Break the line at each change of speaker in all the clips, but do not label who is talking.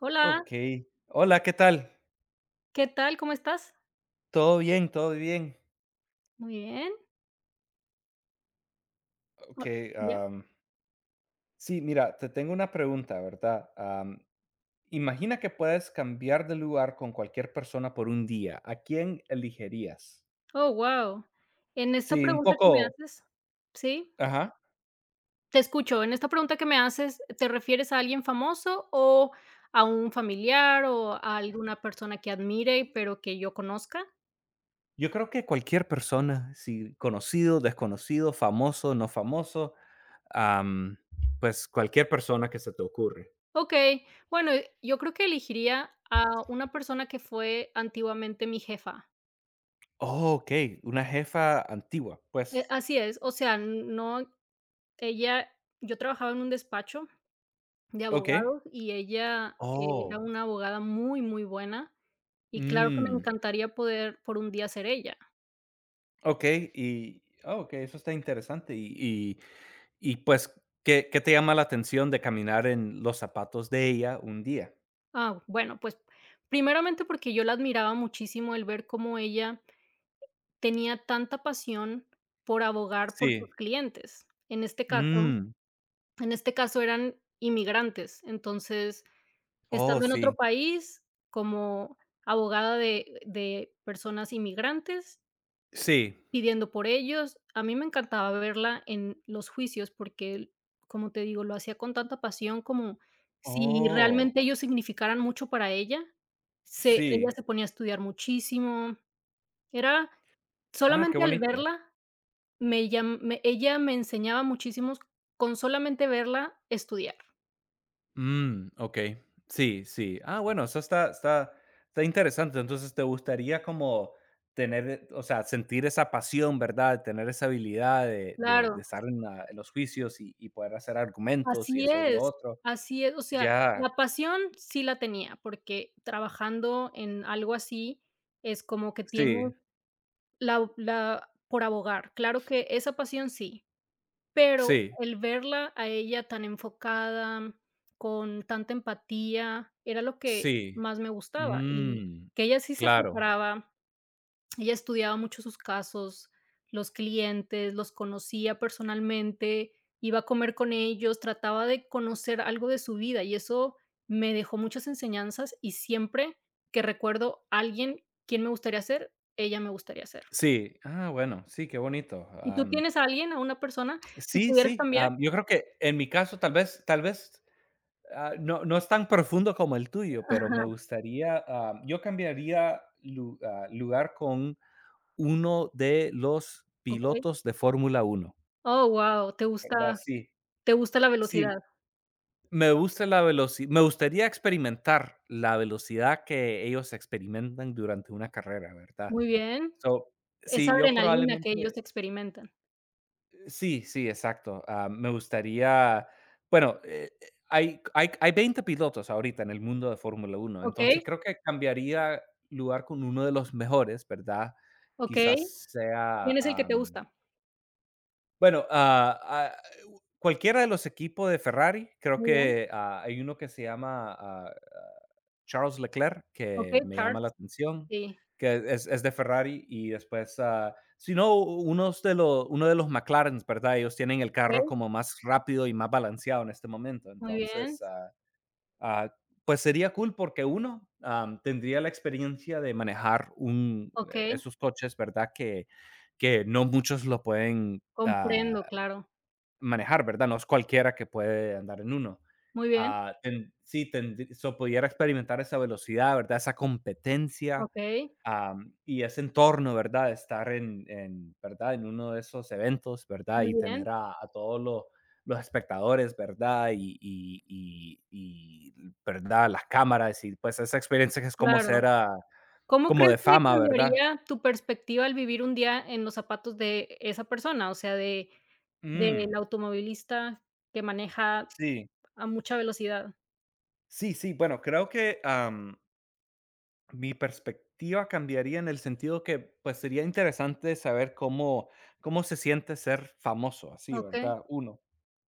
Hola,
Okey. Hola, ¿qué tal?
¿qué tal? ¿Cómo estás?
Todo bien, todo bien.
Muy bien. O
Okey,
ya.
sí, mira, te tengo una pregunta, ¿verdad? Imagina que puedes cambiar de lugar con cualquier persona por un día, ¿a quién elegirías?
Oh, guau. En esta
Sí, un
pregunta que me
poco,
haces sí,
ajá.
te escucho. En esta pregunta que me haces, ¿te refieres a alguien famoso o a un familiar o a alguna persona que admire, pero que yo conozca?
Yo creo que cualquier persona, sí, conocido, desconocido, famoso, no famoso, am, pues, cualquier persona que se te ocurre.
Okey. Bueno, yo creo que elegiría a una persona que fue antiguamente mi jefa.
Oh, okey, una jefa antigua, pues.
Así es, o sea, no ella yo trabajaba en un despacho de
Okey.
abogados y ella era
Oh,
una abogada muy, muy buena y claro que me
mm.
encantaría poder por un día ser ella.
Okey, okey, eso está interesante. Y pues, ¿qué te llama la atención de caminar en los zapatos de ella un día?
Ah, bueno, pues primeramente porque yo la admiraba muchísimo el ver cómo ella tenía tanta pasión por abogar por sus
Sí.
clientes. En este caso,
Mm.
en este caso eran inmigrantes. Entonces,
Oh,
estando en otro
sí.
país como abogada de personas inmigrantes,
Sí.
pidiendo por ellos. A mí me encantaba verla en los juicios porque, como te digo, lo hacía con tanta pasión como si
Oh,
realmente ellos significaran mucho para ella. Se Ella
sí.
se ponía a estudiar muchísimo. Era
Ah, qué
solamente al
bonito.
verla, me llam me ella me enseñaba muchísimos con solamente verla estudiar.
Mm, okey. Sí, sí. Ah, bueno, eso está interesante. Entonces, ¿te gustaría como tener, o sea, sentir esa pasión, verdad? Tener esa habilidad de
Claro,
estar en la en los juicios y poder hacer argumentos y
así
hacer lo
es,
otro?
así es. O sea,
Ya,
la pasión sí la tenía, porque trabajando en algo así es como que tienes
sí,
La la por abogar, claro que esa pasión sí, pero
sí,
el verla a ella tan enfocada, con tanta empatía, era lo que
sí.
más me gustaba, y
Mm,
que ella sí se
claro.
preparaba, ella estudiaba mucho sus casos, los clientes, los conocía personalmente, iba a comer con ellos, trataba de conocer algo de su vida, y eso me dejó muchas enseñanzas, y siempre que recuerdo a alguien, quién me gustaría ser, ella me gustaría ser.
Sí, ah, bueno, sí, qué bonito.
¿Y tú tienes a alguien, a una persona? Si
Sí,
pudieras
sí,
cambiar
yo creo que en mi caso tal vez no, no es tan profundo como el tuyo, pero me
ajá,
gustaría, yo cambiaría lugar con uno de los
okey.
pilotos de Fórmula uno,
Oh, guau,
¿verdad? Sí,
te gusta la velocidad.
sí. Me gusta la veloci me gustaría experimentar la velocidad que ellos experimentan durante una carrera, ¿verdad?
Muy bien.
So,
Esa
sí, yo
adrenalina que ellos
probablemente
experimentan.
sí, sí, exacto. Ah, me gustaría, bueno, hay hay 20 pilotos ahorita en el mundo de Fórmula Uno,
Okey,
entonces creo que cambiaría lugar con uno de los mejores, ¿verdad?
okey.
Quizás sea,
¿Quién es el que te gusta?
bueno, ah, ah, cualquiera de los equipos de Ferrari, creo
Muy bien.
que, hay uno que se llama, Charles Leclerc, que
Okey,
me llama
Charles.
la atención,
Sí.
que es de Ferrari y después, si no, uno de los McLaren, ¿verdad? Ellos tienen el carro
Okey,
como más rápido y más balanceado en este momento.
muy bien.
Entonces, ah, pues sería cool porque uno, tendría la experiencia de manejar un
Okey,
esos coches, ¿verdad? Que no muchos lo pueden,
comprendo, claro.
manejar, ¿verdad? No es cualquiera que puede andar en uno.
Muy bien.
Ah, ten sí, tendr so, pudiera experimentar esa velocidad, ¿verdad? Esa competencia,
Okey,
y ese entorno, ¿verdad? Estar ¿verdad? En uno de esos eventos, ¿verdad?
muy
Y tener
bien.
a todos los espectadores, ¿verdad? ¿Verdad? Las cámaras y, pues, esa experiencia que es como
Claro.
ser,
¿Cómo
como
crees
de
que
fama, ¿verdad?
cambiaría tu perspectiva al vivir un día en los zapatos de esa persona? O sea, de
Mm,
del automovilista que maneja
sí,
a mucha velocidad.
sí, sí, bueno, creo que mi perspectiva cambiaría en el sentido que, pues, sería interesante saber cómo se siente ser famoso así,
¿Ok?
¿verdad? Uno.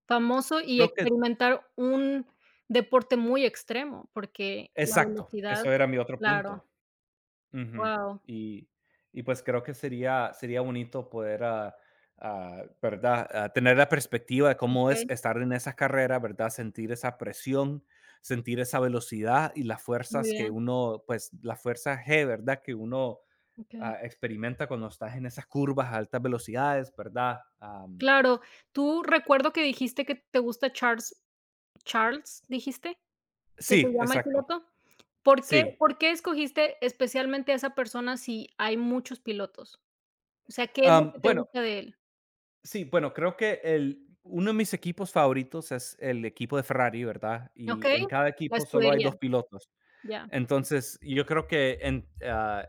Famoso y
Creo que
experimentar un deporte muy extremo, porque la
exacto,
velocidad
eso era mi otro
claro,
punto. Ujú.
wow,
Y y, pues, creo que sería bonito poder, ¿verdad?, tener la perspectiva de cómo es
ok,
estar en esa carrera, ¿verdad? Sentir esa presión, sentir esa velocidad y las
muy
fuerzas que
bien,
uno, pues, la fuerza G, ¿verdad? Que uno
ok,
experimenta cuando estás en esas curvas a altas velocidades, ¿verdad? Am,
claro, tú recuerdo que dijiste que te gusta Charles. ¿Charles dijiste? ¿Que se
sí,
llama El
exacto.
Piloto? ¿Por qué
Sí.
por qué escogiste especialmente a esa persona si hay muchos pilotos? O sea, ¿qué es lo que te
Bueno,
gusta de él?
sí, bueno, creo que el, uno de mis equipos favoritos es el equipo de Ferrari, ¿verdad? Y
Okey,
en cada
la
equipo solo hay
escudería,
dos pilotos.
ya,
Entonces, yo creo que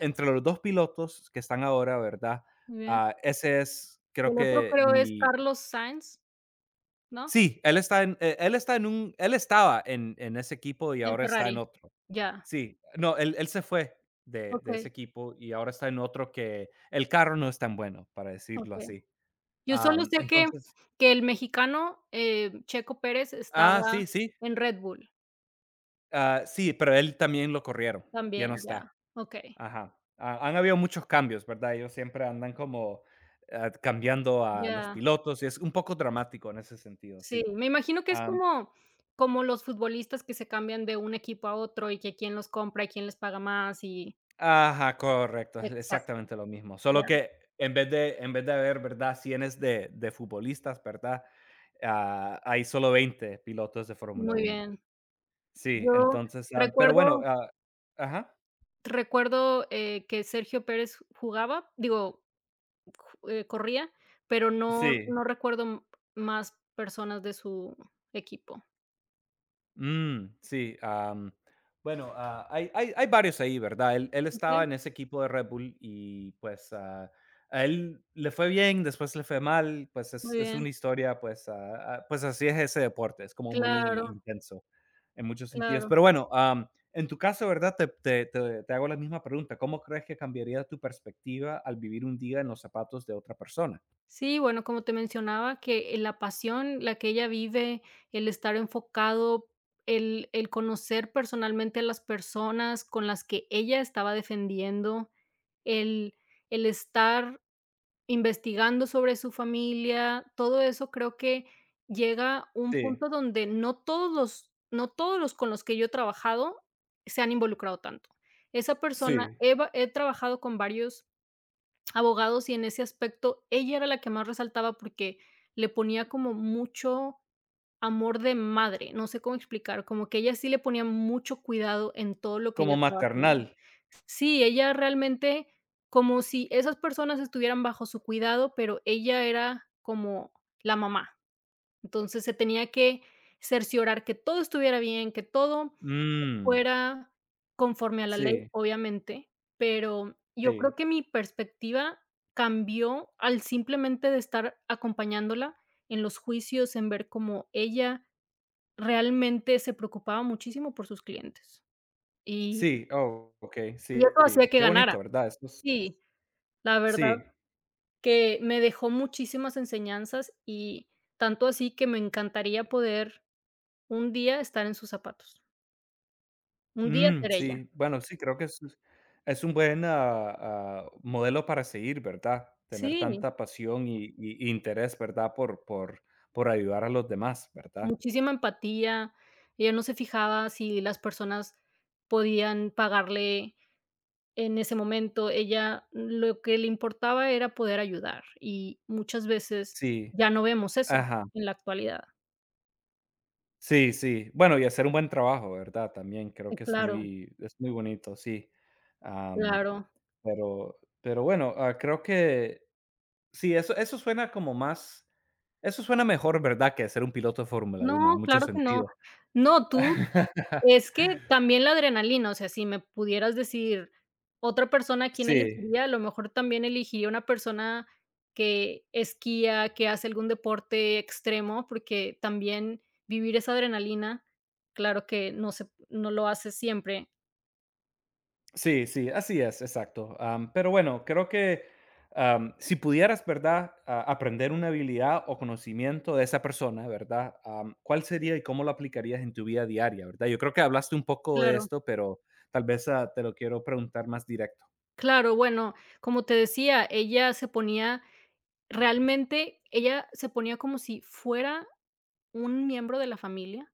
entre los dos pilotos que están ahora, ¿verdad?
muy bien.
Ah, ese es, creo
El otro
que,
creo es
mi.
Carlos Sainz, ¿no?
Sí, él está en un él estaba en ese equipo y
En
ahora está en
Ferrari.
otro.
Ya,
Sí, no, él se fue de ese
okey,
equipo y ahora está en otro que el carro no es tan bueno, para decirlo
okey.
así.
Yo solo
Am,
sé que
entonces
el mexicano, Checo Pérez
sí,
estaba
sí,
en Red Bull
ah, sí, pero él también lo corrieron, ya
también,
no
ya,
está.
okey,
Ajá. Ha han habido muchos cambios, ¿verdad? Ellos siempre andan como, cambiando a los
ya.
pilotos y es un poco dramático en ese sentido,
Sí,
sí.
me imagino que es como como los futbolistas que se cambian de un equipo a otro, y que quién los compra, y quién les paga más, y
Ajá, correcto, es
exacto,
exactamente lo mismo,
ya,
solo que en vez de haber, ¿verdad?, cienes de futbolistas, ¿verdad?, hay solo 20 pilotos de Fórmula
muy
Uno.
bien.
Sí,
Yo
entonces,
recuerdo
ajá,
Recuerdo, que Sergio Pérez jugaba, digo, ju corría, pero no
sí.
no recuerdo m más personas de su equipo,
Mm, sí, bueno, hay varios ahí, ¿verdad? Él estaba
okey,
en ese equipo de Red Bull y pues, a él le fue bien, después le fue mal, pues
muy
es una
bien,
historia, pues, pues así es ese deporte, es como muy
claro,
intenso en muchos sentidos.
claro.
Pero bueno, en tu caso, ¿verdad? Te hago la misma pregunta: ¿cómo crees que cambiaría tu perspectiva al vivir un día en los zapatos de otra persona?
Sí, bueno, como te mencionaba, que la pasión, la que ella vive, el estar enfocado, el conocer personalmente a las personas con las que ella estaba defendiendo, el, el estar investigando sobre su familia, todo eso creo que llega un
Sí,
punto donde no todos los, no todos los con los que yo he trabajado se han involucrado tanto. Esa persona,
sí,
he, va- he trabajado con varios abogados, y en ese aspecto ella era la que más resaltaba porque le ponía como mucho amor de madre, no sé cómo explicar, como que ella sí le ponía mucho cuidado en todo lo que ella
como
estaba
maternal.
haciendo. Sí, ella realmente como si esas personas estuvieran bajo su cuidado, pero ella era como la mamá. Entonces se tenía que cerciorar que todo estuviera bien, que todo
Mm,
fuera conforme a la ley,
sí,
obviamente, pero yo
sí.
creo que mi perspectiva cambió al simplemente de estar acompañándola en los juicios, en ver cómo ella realmente se preocupaba muchísimo por sus clientes, y
Sí, oh, okey,
y
sí,
eso hacía que
qué
ganara.
bonito, ¿verdad? Eso es
Sí, la verdad
sí,
que me dejó muchísimas enseñanzas, y tanto así que me encantaría poder un día estar en sus zapatos, un día
mm,
ser ella.
sí, bueno, sí, creo que es un buen, modelo para seguir, ¿verdad? Tener
Sí.
tanta pasión y interés, ¿verdad? Por por ayudar a los demás, ¿verdad?
Muchísima empatía, ella no se fijaba si las personas podían pagarle en ese momento, ella lo que le importaba era poder ayudar, y muchas veces
Sí,
ya no vemos eso
ajá,
en la actualidad.
sí, sí. Bueno, y hacer un buen trabajo, ¿verdad? También creo que
Claro,
es muy bonito, sí. Am,
claro.
pero bueno, creo que sí, eso suena como más. Eso suena mejor, ¿verdad?, que ser un piloto de Fórmula Uno, en
No,
muchos
claro que no.
sentidos.
No, tú. Es que también la adrenalina, o sea, si me pudieras decir otra persona a quién
Sí,
elegiría, a lo mejor también elegiría una persona que esquía, que hace algún deporte extremo, porque también vivir esa adrenalina, claro que no se no lo hace siempre.
sí, sí, así es, exacto. Pero bueno, creo que, si pudieras, ¿verdad?, a aprender una habilidad o conocimiento de esa persona, ¿verdad?, ¿cuál sería y cómo lo aplicarías en tu vida diaria, verdad? Yo creo que hablaste un poco de
Claro,
esto, pero tal vez, te lo quiero preguntar más directo.
claro, bueno, como te decía, ella se ponía realmente ella se ponía como si fuera un miembro de la familia,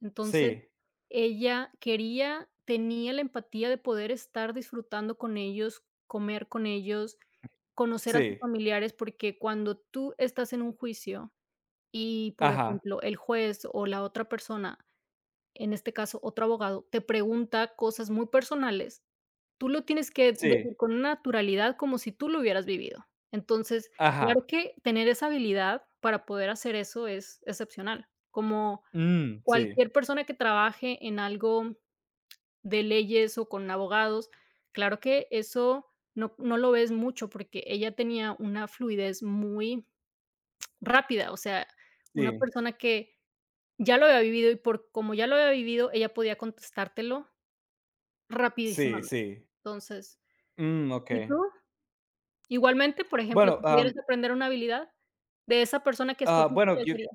entonces
Sí,
Ella quería tenía la empatía de poder estar disfrutando con ellos, comer con ellos, conocer a sus
sí,
familiares, porque cuando tú estás en un juicio y, por
ajá,
ejemplo, el juez o la otra persona, en este caso otro abogado, te pregunta cosas muy personales, tú lo tienes que
sí,
decir con una naturalidad como si tú lo hubieras vivido. Entonces,
ajá,
claro que tener esa habilidad para poder hacer eso es excepcional, como
mm, sí,
cualquier persona que trabaje en algo de leyes o con abogados. Claro que eso no lo ves mucho, porque ella tenía una fluidez muy rápida, o sea, una
sí,
persona que ya lo había vivido y por como ya lo había vivido, ella podía contestártelo
sí,
rapidísimamente.
sí,
Entonces,
mm,
¿y
okey.
tú? Igualmente, por ejemplo,
Bueno,
si pudieras aprender una habilidad de esa persona que escogiste,
bueno,
¿cuál
yo
sería?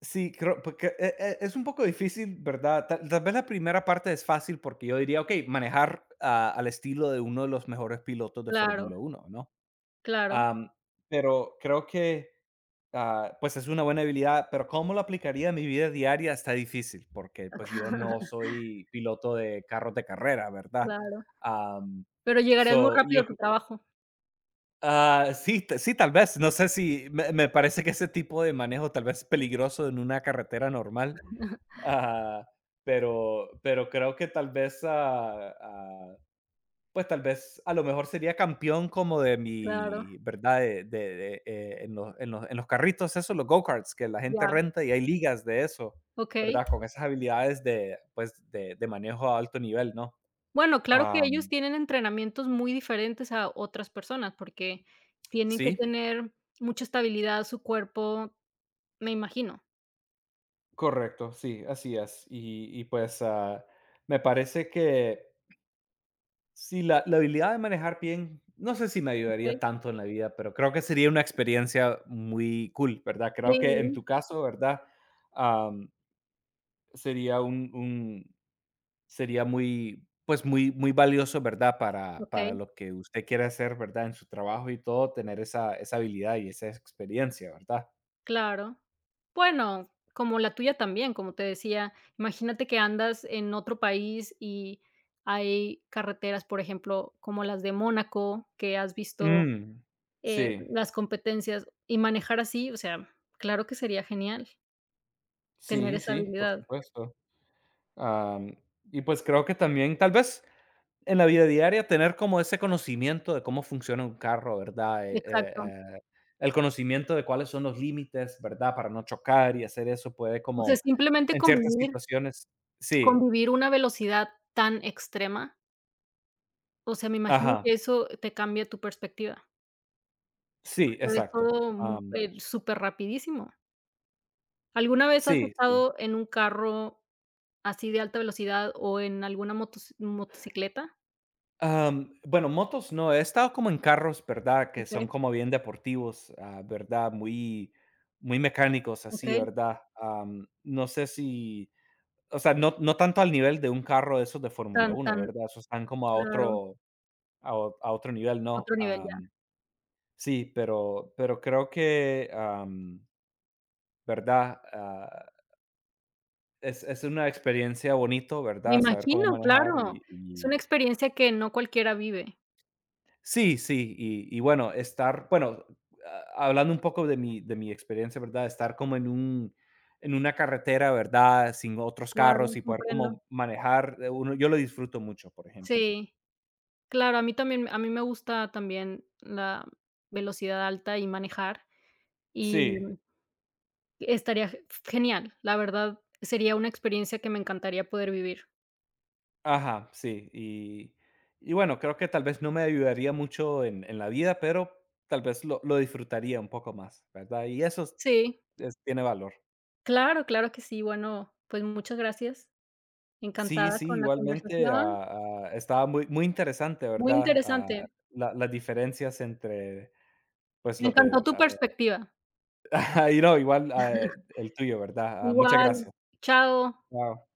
sí, creo, porque es un poco difícil, ¿verdad? Tal vez la primera parte es fácil porque yo diría, okey, manejar, al estilo de uno de los mejores pilotos de
Claro,
Fórmula Uno, ¿no?
claro,
Am, pero creo que, pues, es una buena habilidad, pero cómo lo aplicaría a mi vida diaria está difícil, porque, pues, yo no soy piloto de carros de carrera, ¿verdad?
claro,
Am,
pero llegarías muy
so, yo
rápido a tu trabajo.
Ah, sí, sí, tal vez. No sé si me parece que ese tipo de manejo tal vez es peligroso en una carretera normal. Ah, pero creo que tal vez, pues tal vez a lo mejor sería campeón como de
Claro,
mi, ¿verdad? De, en, los, en los- en los carritos, esos, los go-karts que la gente
ya,
renta y hay ligas de eso,
okey.
¿verdad? Con esas habilidades de, pues, de manejo a alto nivel, ¿no?
Bueno, claro que
Ah,
ellos tienen entrenamientos muy diferentes a otras personas, porque tienen que
sí,
tener mucha estabilidad su cuerpo, me imagino.
correcto, sí, así es. Y pues, me parece que sí, la habilidad de manejar bien, no sé si me ayudaría
Okey,
tanto en la vida, pero creo que sería una experiencia muy cool, ¿verdad? Creo que en
sí,
tu caso, ¿verdad? Am, sería un, sería muy, pues muy, muy valioso, ¿verdad? Para
okey,
lo que usted quiere hacer, ¿verdad? En su trabajo y todo, tener esa, esa habilidad y esa experiencia, ¿verdad?
claro. Bueno, como la tuya también, como te decía, imagínate que andas en otro país y hay carreteras, por ejemplo, como las de Mónaco, que has visto,
Mm, sí,
las competencias, y manejar así, o sea, claro que sería genial tener
sí,
esa
sí, por
habilidad.
supuesto. Am, y pues creo que también, tal vez en la vida diaria, tener como ese conocimiento de cómo funciona un carro, ¿verdad?
Exacto.
El conocimiento de cuáles son los límites, ¿verdad? Para no chocar y hacer eso puede
O sea,
como
simplemente
en ciertas
convivir
situaciones. Sí,
convivir una velocidad tan extrema, o sea, me imagino
ajá,
que eso te cambia tu perspectiva.
sí,
Es
exacto.
todo,
Am,
superrapidísimo. ¿Alguna vez has
sí, sí.
estado en un carro así de alta velocidad o en alguna motos motocicleta?
Bueno, motos no, he estado como en carros, ¿verdad? Que son
Okey,
como bien deportivos, ¿verdad? Muy, muy mecánicos, así,
okey,
¿verdad? Am, no sé si O sea, no, no tanto al nivel de un carro de esos de Fórmula
tan
Uno,
tan
¿verdad? Esos están como a
claro,
otro a otro nivel, ¿no?
otro nivel ya.
Sí, pero creo que, ¿verdad? Es una experiencia bonito,
Me
¿verdad? Saber cómo
imagino,
manejar
claro, es
y
una experiencia que no cualquiera vive.
sí, sí, y bueno, estar bueno, ha hablando un poco de mi experiencia, ¿verdad? Estar como en una carretera, ¿verdad? Sin otros carros
Claro,
y poder
comprendo.
como manejar, uno yo lo disfruto mucho, por ejemplo.
Sí. Claro, a mí también a mí me gusta también la velocidad alta y manejar, y
Sí.
estaría ge genial. La verdad, sería una experiencia que me encantaría poder vivir.
Ajá, sí, y bueno, creo que tal vez no me ayudaría mucho en la vida, pero tal vez lo disfrutaría un poco más, ¿verdad? Y eso
Sí,
es tiene valor.
claro, claro que sí. Bueno, pues muchas gracias.
Sí,
Encantada
sí,
con la
igualmente,
conversación.
estaba muy muy interesante,
Muy
¿verdad?
interesante.
La, las diferencias entre, pues,
Me
lo
encantó
que
tu
ah,
perspectiva.
y no, igual, el tuyo, ¿verdad? Ah, muchas
Igual.
gracias.
Chao.
Chao.